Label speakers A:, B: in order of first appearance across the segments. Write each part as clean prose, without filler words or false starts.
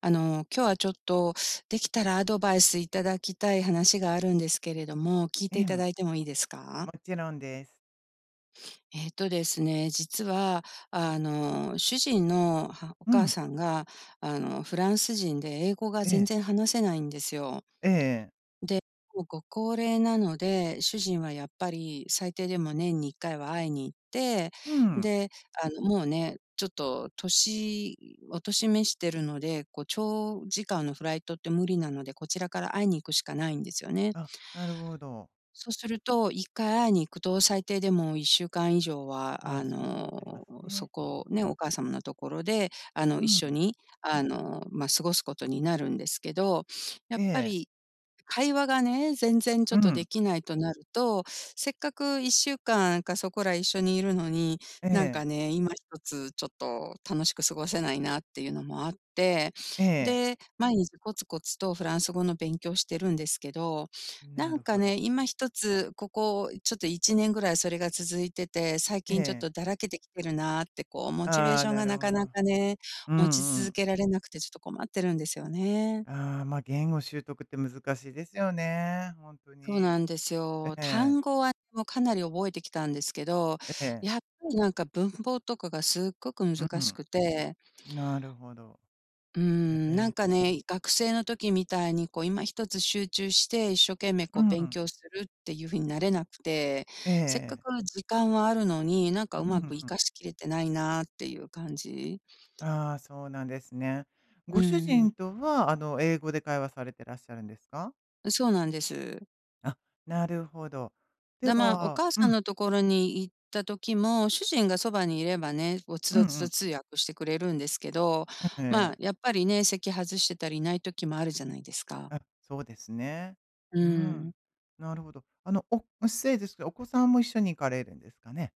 A: 今日はちょっと、できたらアドバイスいただきたい話があるんですけれども、聞い
B: え
A: ていた
B: え、
A: だいてもいいですか？
B: もちろんです。
A: えっとですね、実は、主人のはお
B: う
A: 母
B: ん、
A: さんが、フランス人で英語が
B: え
A: 全
B: え、
A: 然話せないんですよ。
B: ええええ
A: で、もうご高齢なので、主人はやっぱり最低でも年に1回は会いに行って、
B: うん。
A: で、もうね、ちょっとお年目してるので、こう長時間のフライトって無理なので、こちらから会いに行くしかないんですよね。
B: あ、なるほど。
A: そうすると、1回会いに行くと、最低でも1週間以上は、
B: ああ、そうなります
A: そ
B: ね。
A: こね、お母様のところで、
B: う
A: 一緒
B: ん。
A: に、まあ、過ごすことになるんですけど、やっ
B: え
A: ぱ
B: え、
A: り会話がね、全然ちょ
B: う
A: っとで
B: ん、
A: きないとなると、せっかく1週間かんかそこら一緒にいるのに、
B: え
A: なん
B: え、
A: かね、今一つちょっと楽しく過ごせないなっていうのもあって、
B: ええ。
A: で、毎日コツコツとフランス語の勉強してるんですけど、
B: な
A: なん
B: る
A: か
B: ほ
A: ね、
B: ど。
A: 今一つここちょっと1年ぐらいそれが続いてて、最
B: え
A: 近ちょっ
B: え。
A: とだらけてきてるなってこうモチベー
B: ああ、
A: ション
B: な
A: が
B: る
A: なか
B: ほ
A: な
B: ど。
A: かね、
B: う
A: 持ち
B: んう
A: 続
B: ん。
A: けられなくてちょっと困ってるんですよね。
B: ああ、言語習得って難しいですよね、ほんとに。
A: そうなんです
B: え
A: よ。
B: え、
A: 単語はねもうかなり覚えてきたんですけど、
B: え
A: やっ
B: え。
A: ぱりなんか文法とかがすっごく
B: う
A: 難し
B: ん。
A: くて、
B: なるほど。え
A: なん
B: え。
A: かね、学生の時みたいにこう今一つ集中して一生懸命
B: う
A: こう勉
B: ん。
A: 強するっていう風になれなくて、
B: ええ
A: せっかく
B: ええ。
A: 時間はあるのに、なんかう
B: うん
A: まく活
B: う
A: か
B: ん。
A: しきれてないなっていう感じ。
B: ああ、そうなんですね。
A: う
B: ご主
A: ん、
B: 人とは、英語で会話されてらっしゃるんですか？
A: そうなんです。
B: あ、なるほど。で
A: まあ、お
B: は
A: 母
B: う
A: さん
B: ん、
A: のところに行った時も、主人がそばにいればね、こうつ
B: う
A: ど
B: んう
A: つど
B: ん。
A: 通訳してくれるんですけど、
B: え
A: まあ、
B: え。
A: やっぱりね、席外してたりいない時もあるじゃないですか。
B: あ、そうですね。
A: う
B: うん。
A: ん。
B: なるほど。お失礼ですけど、お子さんも一緒に行かれるんですかね？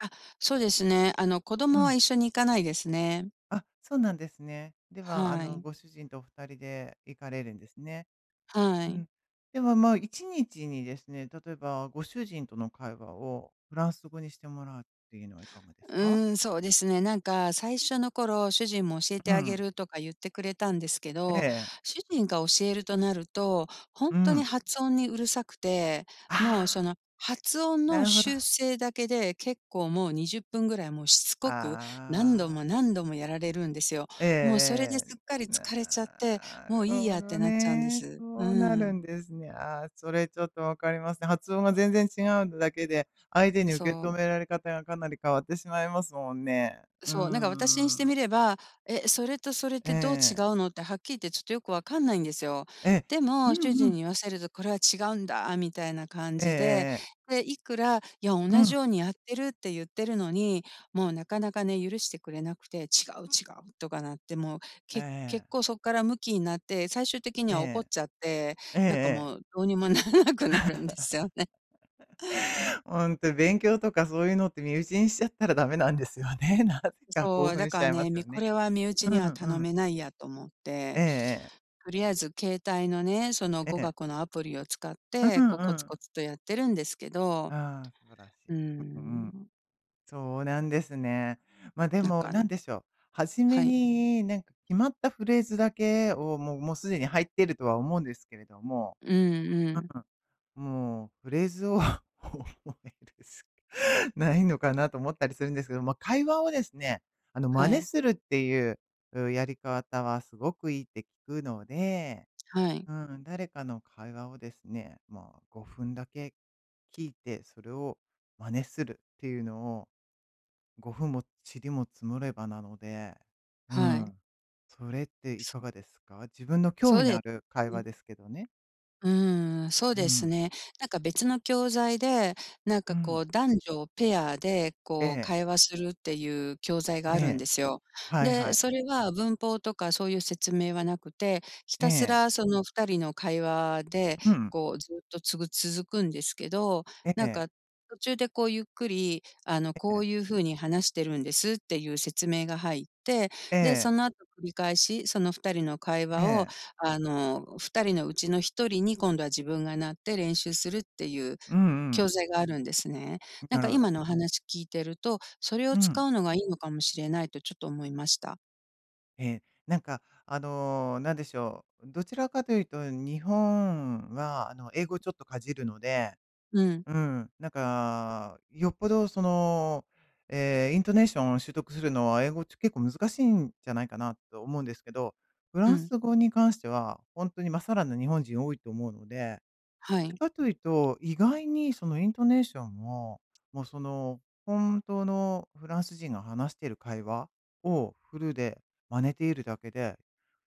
A: あ、そうですね。子
B: う
A: 供は
B: ん。
A: 一緒に行かないですね。
B: あ、そうなんですね。では、
A: はい。
B: ご主人とお二人で行かれるんですね。
A: は
B: う
A: い。
B: ん。では、まあ、一日にですね、例えばご主人との会話をフランス語にしてもらうっていうのはいかがで
A: う
B: すか？
A: そうですね。なんか最初の頃、主人も教え
B: う
A: てあげ
B: ん。
A: るとか言ってくれたんですけ
B: え
A: ど、
B: え。
A: 主人が教えるとなると、ほん
B: う
A: とに
B: ん。
A: 発音にうるさくて、もうそ
B: ああ、
A: の発音
B: な
A: の
B: るほど。
A: 修正だけで結構もう20分ぐらいもうしつこく何度も
B: ああ。
A: 何度もやられるんですよ。
B: ええ
A: もうそれで
B: え
A: す
B: え。
A: っかり疲れちゃって、
B: な
A: も
B: る
A: う
B: ほ
A: いいやっ
B: ど
A: てなっちゃうんで
B: ね。
A: す。う
B: そうなる
A: ん、
B: んですね。ああ、それちょっとわかりますね。発音が全然違うだけで、相手に受
A: そ
B: け止
A: う。
B: められ方がかなり変わってしまいますもんね。う
A: そう、なんか私にし
B: ん
A: て
B: うん。
A: みれば、え、それとそれっ
B: え
A: てどう違う
B: え。
A: のってはっきり言ってちょっとよくわかんないんですよ。
B: ええ。
A: でも
B: う
A: 主
B: んう
A: 人
B: ん。
A: に言わせるとこれは違うんだみたいな感
B: ええ
A: じで、
B: ええ。
A: で、いくら、いや同
B: う
A: じ
B: ん。
A: ようにやってるって言ってるのに、もうなかなかね、許してくれなくて、違う違うとかなって、もう
B: え
A: 結
B: え。
A: 構そこからムキになって、最終的に
B: え
A: は怒っ
B: え。
A: ちゃって、
B: えええ
A: なんか
B: え。
A: もうどうにも ならなくなるんですよね。
B: 本当勉強とかそういうのって身内にしちゃったらダメなんですよね。なぜか興
A: そう、だ
B: 奮し
A: か
B: ちゃ
A: ら
B: いま
A: ね、
B: すよ
A: こ
B: ね。
A: れは身
B: う
A: 内に
B: ん
A: は
B: う
A: 頼
B: ん。
A: めないやと思っ
B: ええ
A: て。
B: ええ。
A: とりあえず携帯のね、その
B: え
A: 語
B: え。
A: 学のアプリを使っ
B: う
A: て、
B: ん
A: こう
B: う
A: コツコ
B: ん。
A: ツとやってるんですけど、
B: ああ、素晴らし
A: う
B: い。
A: ー
B: うんうん。
A: ん、
B: そうなんですね。ま、で
A: な
B: も
A: かな
B: 何でしょう、初
A: は
B: め
A: い。
B: になんか決まったフレーズだけをもうすでに入っているとは思うんですけれども、
A: うんうん。
B: もうフレーズを 覚えるしかないのかなと思ったりするんですけど、まあ、会話をですね、真
A: は
B: 似
A: い、
B: するっていう、やり方はすごくいいって聞くので、
A: はい、
B: うん、誰かの会話をですね、まあ、5分だけ聞いて、それを真似するっていうのを5分も塵も積もればなので、う
A: はい。
B: ん、それってい
A: そ
B: かがですか？自分の興
A: そ
B: 味
A: うで
B: の
A: す
B: ある会話
A: ね。
B: ですけどね。
A: そう
B: う
A: です
B: ん、
A: ね。なんか別の教材で、なん
B: う
A: かこ
B: ん、
A: う男女ペアで
B: え
A: こう
B: え、
A: 会話するっていう教材が
B: え
A: あるん
B: え。
A: ですよ。
B: はい
A: で、
B: はい。
A: それは文法とかそういう説明はなくて、ひ
B: え
A: たす
B: え。
A: らその2人の会話で
B: うん。
A: こうずっと続くんですけど、
B: え
A: なん
B: え。
A: か途中でこうゆっくり、
B: え
A: こ
B: え。
A: ういうふうに話してるんですっていう説明が入って、
B: え
A: で、そ
B: え。
A: の後繰り返し、その2人の会
B: え
A: 話を
B: え。
A: 2人のうちの1人に今度は自分がなって練習するっていう
B: うんうん。
A: 教材があるんですね。な
B: な
A: ん
B: る
A: か
B: ほ
A: 今
B: ど。
A: のお話聞いてると、それ
B: う
A: を
B: ん。
A: 使うのがいいのかもしれないとちょっと思いました。
B: ええ。なんか、なんでしょう、どちらかというと、日本は、英語ちょっとかじるので、
A: うん、
B: うん、なんか、よっぽどその、ええ、イントネーションを習得するのは、英語結構難しいんじゃないかなと思うんですけど、フラ
A: う
B: ン
A: ん、
B: ス語に関しては、本当にまさらな日本人多いと思うので、
A: は
B: どっち
A: い。
B: かというと、意外にそのイントネーションも、もうその本当のフランス人が話している会話をフルで真似ているだけで、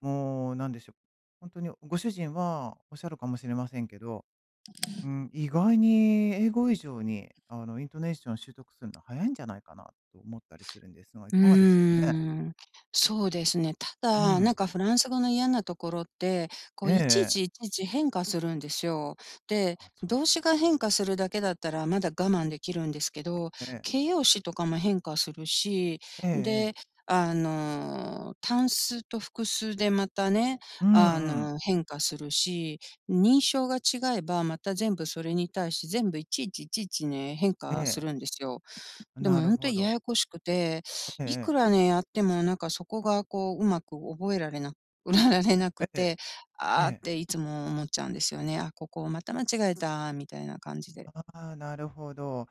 B: もうなんでしょう、本当にご主人はおっしゃるかもしれませんけど、うん、意外に英語以上にあのイントネーション習得するの早いんじゃないかなと思ったりするんですが、い
A: う
B: かがですか
A: ー
B: ね？
A: ん、そうですね。た
B: う
A: だ、なん
B: ん。
A: かフランス語の嫌なところって、こ
B: え
A: う
B: え
A: いちい
B: え
A: ちい
B: え。
A: ちいち変化するんですよ。で、
B: あ、そうなん
A: 動
B: で
A: 詞
B: す
A: が
B: ね。
A: 変化するだけだったらまだ我慢できるんですけど、
B: ええ。
A: 形容詞とかも変化するし、
B: ええええ。
A: で、単数と複数でまたね、
B: うんうん。
A: 変化するし、認証が違えばまた全部それに対して全部いちいちいちいちね、変
B: え
A: 化す
B: え。
A: るんですよ。でも
B: なる
A: 本当
B: ほ
A: にや
B: ど。
A: やこしくて、
B: ええ
A: いく
B: え
A: ら
B: え。
A: ね、やってもなんかそこがこう、うまく覚えられな られなく
B: ええ、
A: て、
B: え
A: ああっ
B: え。
A: ていつも思っちゃうんですよね。あ、ここをまた間違えたみたいな感じで。
B: ああ、なるほど。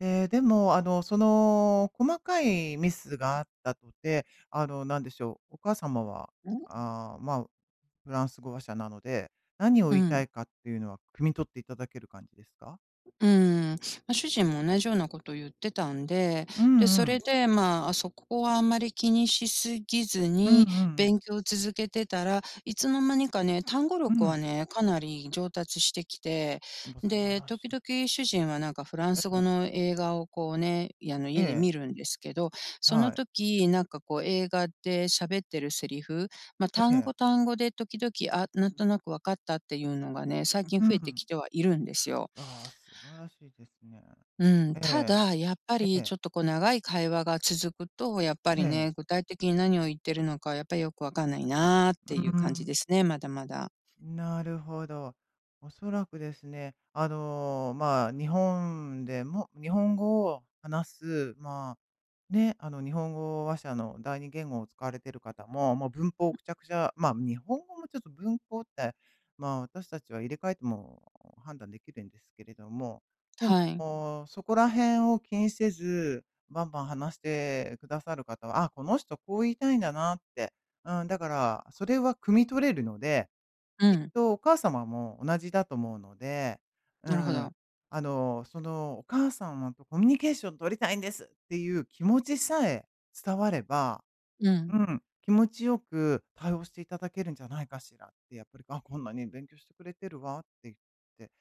B: えーでも、細かいミスがあったとて、なんでしょう、お母様は、
A: うん。
B: ああ、まあ、フランス語話者なので、何を
A: う
B: 言いた
A: ん
B: いかっていうのは汲み取っていただける感じですか？
A: うん、ま、主人も同じようなことを言ってたんで、
B: うん
A: で、
B: う
A: そ
B: ん。
A: れで、まあ、そこはあんまり気にしすぎず
B: うんうん
A: に、
B: うん。
A: 勉強を続けてたら、いつの間にかね、単語
B: う
A: 力は
B: ん。
A: ね、かなり上達してきて、
B: も、素晴
A: で、
B: ら
A: 時
B: しい。
A: 々主人はなんかフラン
B: え
A: ス語
B: え、
A: の映画をこうね、いあの、
B: え
A: 家で
B: え、
A: 見るんですけど、その
B: はい。
A: 時、なんかこう映画で喋ってるセリフ、ま、
B: え
A: 単
B: え、
A: 語単語で時々、あ、なんとなく分かったっていうのがね、最近
B: う
A: 増えて
B: ん。
A: きてはいるんですよ。
B: ああ、素晴らしいですね。
A: うん、た
B: え
A: だ、やっぱ
B: え、え
A: りち
B: え、
A: ょっとこう長い会話が続くと、やっぱ
B: え
A: り
B: え。
A: ね、具体的に何を言ってるのか、やっぱりよくわかんないなって
B: う
A: いう感じ
B: ん。
A: ですね、まだまだ。
B: なるほど。おそらくですね、まあ、日本でも日本語を話す、まあ、ね、日本語話者の第二言語を使われている方も、まあ文法をくちゃくちゃまあ、日本語もちょっと文法って、まあ、私たちは入れ替えても判断できるんですけれども、で
A: はい。
B: も、そこら辺を気にせず、バンバン話してくださる方は、あ、この人こう言いたいんだなって、うん、だから、それは汲み取れるので、
A: う
B: きっ
A: ん、
B: とお母様も同じだと思うので、う
A: なるほど。
B: ん。そのお母様とコミュニケーション取りたいんですっていう気持ちさえ伝われば、
A: う
B: う
A: ん。
B: ん、気持ちよく対応していただけるんじゃないかしらって、やっぱり、あ、こんなに勉強してくれてるわって言って、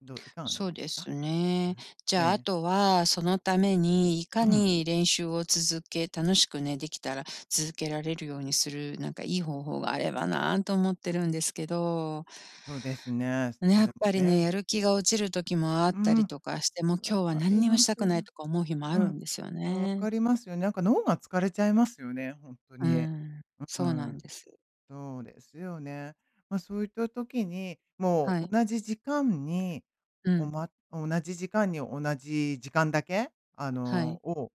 B: どういかがな
A: そ
B: の
A: う
B: で
A: で
B: す
A: す
B: か？
A: ね。じ
B: え
A: ゃあ、あ
B: え。
A: とは、そのためにい
B: う
A: か
B: ん、
A: に練習を続け楽しくね、できたら続けられるようにする、なんかいい方法があればなと思ってるんですけど。
B: そうですね。
A: ね、
B: そ
A: やっ
B: れも
A: ぱりね、
B: ね。
A: やる気が落ちる時もあっ
B: う
A: た
B: ん、
A: りとかして、もう
B: わ
A: 今日は
B: か
A: 何
B: り
A: にも
B: ま
A: し
B: す。
A: たくないとか思う日もあ
B: う
A: る
B: ん。
A: んですよ
B: わ
A: ね。
B: かりますよね。なんか脳が疲れちゃいますよね、本当
A: う
B: に。
A: ん、
B: う
A: そうなん
B: ん。
A: です。
B: そうですよね。まあ、そういった時に、も
A: は
B: う
A: い。
B: 同じ時間に、
A: うん、
B: 同じ時間に同じ時間だけ、あ
A: は
B: の、
A: い。
B: を、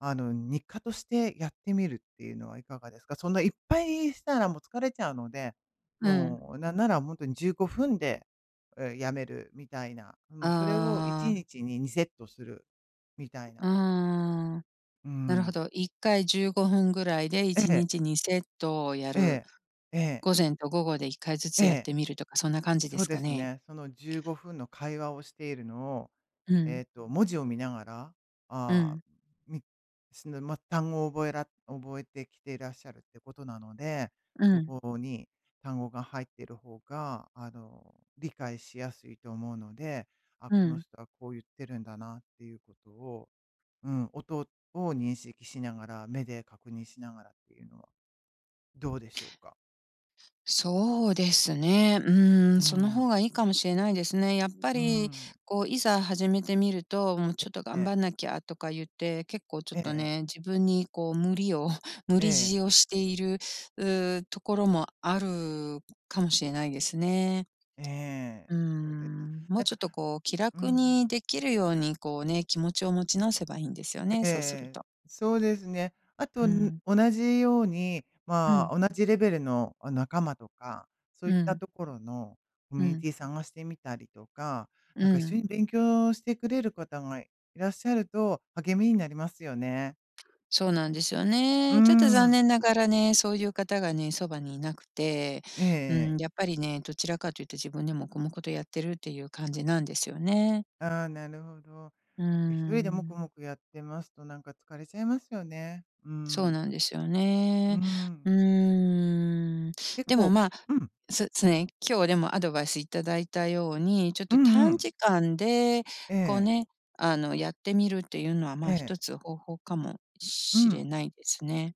B: あの、日課としてやってみるっていうのはいかがですか？そんないっぱいしたらもう疲れちゃうので、
A: うん。
B: もうなんならほんに15分で、え、やめるみたいな、もうそれを1
A: ああ、
B: 日に2セットするみたい
A: う
B: な。
A: ーん。
B: う
A: なるほ
B: ん。
A: ど。1回15分ぐらいで1日にちにセットをや
B: え
A: る。
B: え、ええ、
A: 午前と午後で1回ず
B: え
A: つ
B: え、え
A: やっ
B: え。
A: てみるとか、そんな感じで
B: そう
A: す
B: で
A: か
B: す
A: ね？
B: ね。その15分の会話をしているのを、
A: うん、
B: えっと、文字を見ながら、
A: う
B: あ
A: ん、
B: ーみその、ま、単語を覚えら覚えてきていらっしゃるってことなので、
A: う
B: そ
A: ん、
B: こに単語が入っている方が、理解しやすいと思うので、あ、
A: う
B: この
A: ん。
B: 人はこう言ってるんだなっていうことを、うん、音を認識しながら、目で確認しながらっていうのはどうでしょうか？
A: そうですね。
B: う
A: その方
B: ん、
A: がいいかもしれないですね。やっぱ
B: う
A: り、
B: ん。
A: こう、いざ始めてみると、もうちょ
B: え
A: っと頑張ん
B: え。
A: なきゃとか言って、結構ちょ
B: え
A: っとね、
B: え。
A: 自分にこう無理を 無
B: え
A: 理
B: え。
A: 強いをしている、ところもあるかもしれないですね。
B: ええ、そうですね。
A: も
B: な
A: う
B: ん
A: ちょ
B: か
A: っとこう気
B: うんう
A: 楽に
B: ん。
A: できるようにこうね、気持ちを持ち直せばいいんですよね、
B: え
A: そうする
B: え、
A: と。
B: そうですね。あと、
A: うん。
B: 同じように、
A: う
B: ま
A: ん。
B: あ、同じレベルの、あ、仲間とか、そう
A: う
B: いった
A: ん。
B: ところのコ
A: う
B: ミュニ
A: ん。
B: ティ探してみたりとか、
A: う
B: なんか一緒
A: ん。
B: に勉強してくれる方がいらっしゃると、励みになりますよね。
A: そうなんですよ
B: う
A: ね。ちょっと残
B: ん。
A: 念ながらね、そういう方がね、そばにいなくて、うん、
B: ええ、
A: やっぱりね、どちらかというと自分でもこもことやってるっていう感じなんですよね。
B: ああ、なるほど。なんか
A: うー
B: 一人でモ
A: ん。
B: クやってますと、なんか疲れちゃいますよね。う
A: そう
B: ん。
A: なんですよ
B: う
A: ね。う
B: ん。
A: ーん。
B: 結
A: でも、
B: 構
A: まあ、
B: うん。
A: そうですね、今日でもアドバイスいただいたように、ちょっ
B: う
A: と
B: んう
A: 短
B: ん。
A: 時間で、
B: え
A: こう
B: え、
A: ね、やってみるっていうのは、ま
B: え
A: あ、
B: え、
A: 一つ方法かも
B: う
A: しれ
B: ん。
A: ないですね。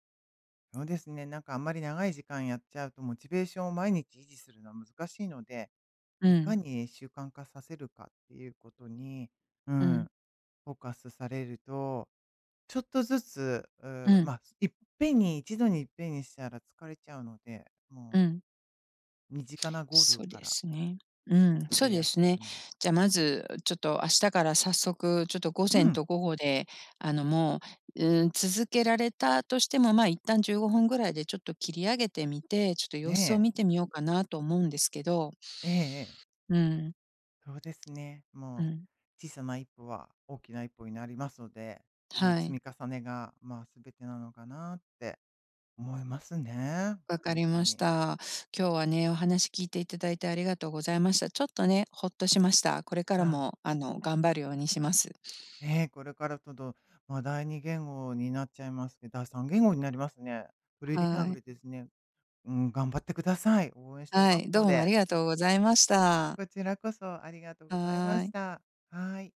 B: そうですね。なんかあんまり長い時間やっちゃうと、モチベーションを毎日維持するのは難しいので、
A: う
B: いか
A: ん、
B: に習慣化させるかっていうことに、う
A: う
B: ん、
A: ん、
B: フォーカスされると、ちょっとずつ、
A: うん、
B: まあ、いっぺんに、一度にいっぺんにしたら疲れちゃうので、
A: う
B: もう
A: ん。
B: 身近なゴール
A: そう
B: か
A: で
B: ら
A: すね。うん、
B: ク
A: そう
B: リ
A: で
B: アし
A: す
B: てい
A: ね。
B: くのは。
A: じゃあ、まず、ちょっと明日から早速、ちょっと午
B: う
A: 前
B: ん。
A: と午後で、もう、続けられたとしても、ま、あ一旦15分ぐらいでちょっと切り上げてみて、ちょっと様子を
B: ね
A: 見て
B: え。
A: みようかなと思うんですけど。
B: ええええ。
A: うん、
B: そうですね。
A: う
B: も
A: ん、
B: う、小さな一歩は大きな一歩になりますので、もう
A: は
B: 積
A: い、
B: み重ねが、まあ、すべてなのかなって思いますね。
A: わか
B: 本
A: り
B: 当
A: まし
B: に。
A: た。今日はね、お話聞いていただいてありがとうございました。ちょっとね、ほっとしました。これから
B: あ、
A: も、頑張るようにします。
B: ええ、これからちょっと、まあ、第2言語になっちゃいますけど第3言語になりますね。フリーリンガ
A: はい。
B: ルですね。うん、頑張ってください。応援してい
A: は
B: ます
A: い、どう
B: の
A: もあ
B: で。
A: りがとうございました。
B: こちらこそありがとうございま
A: はー
B: し
A: い。
B: た。はい。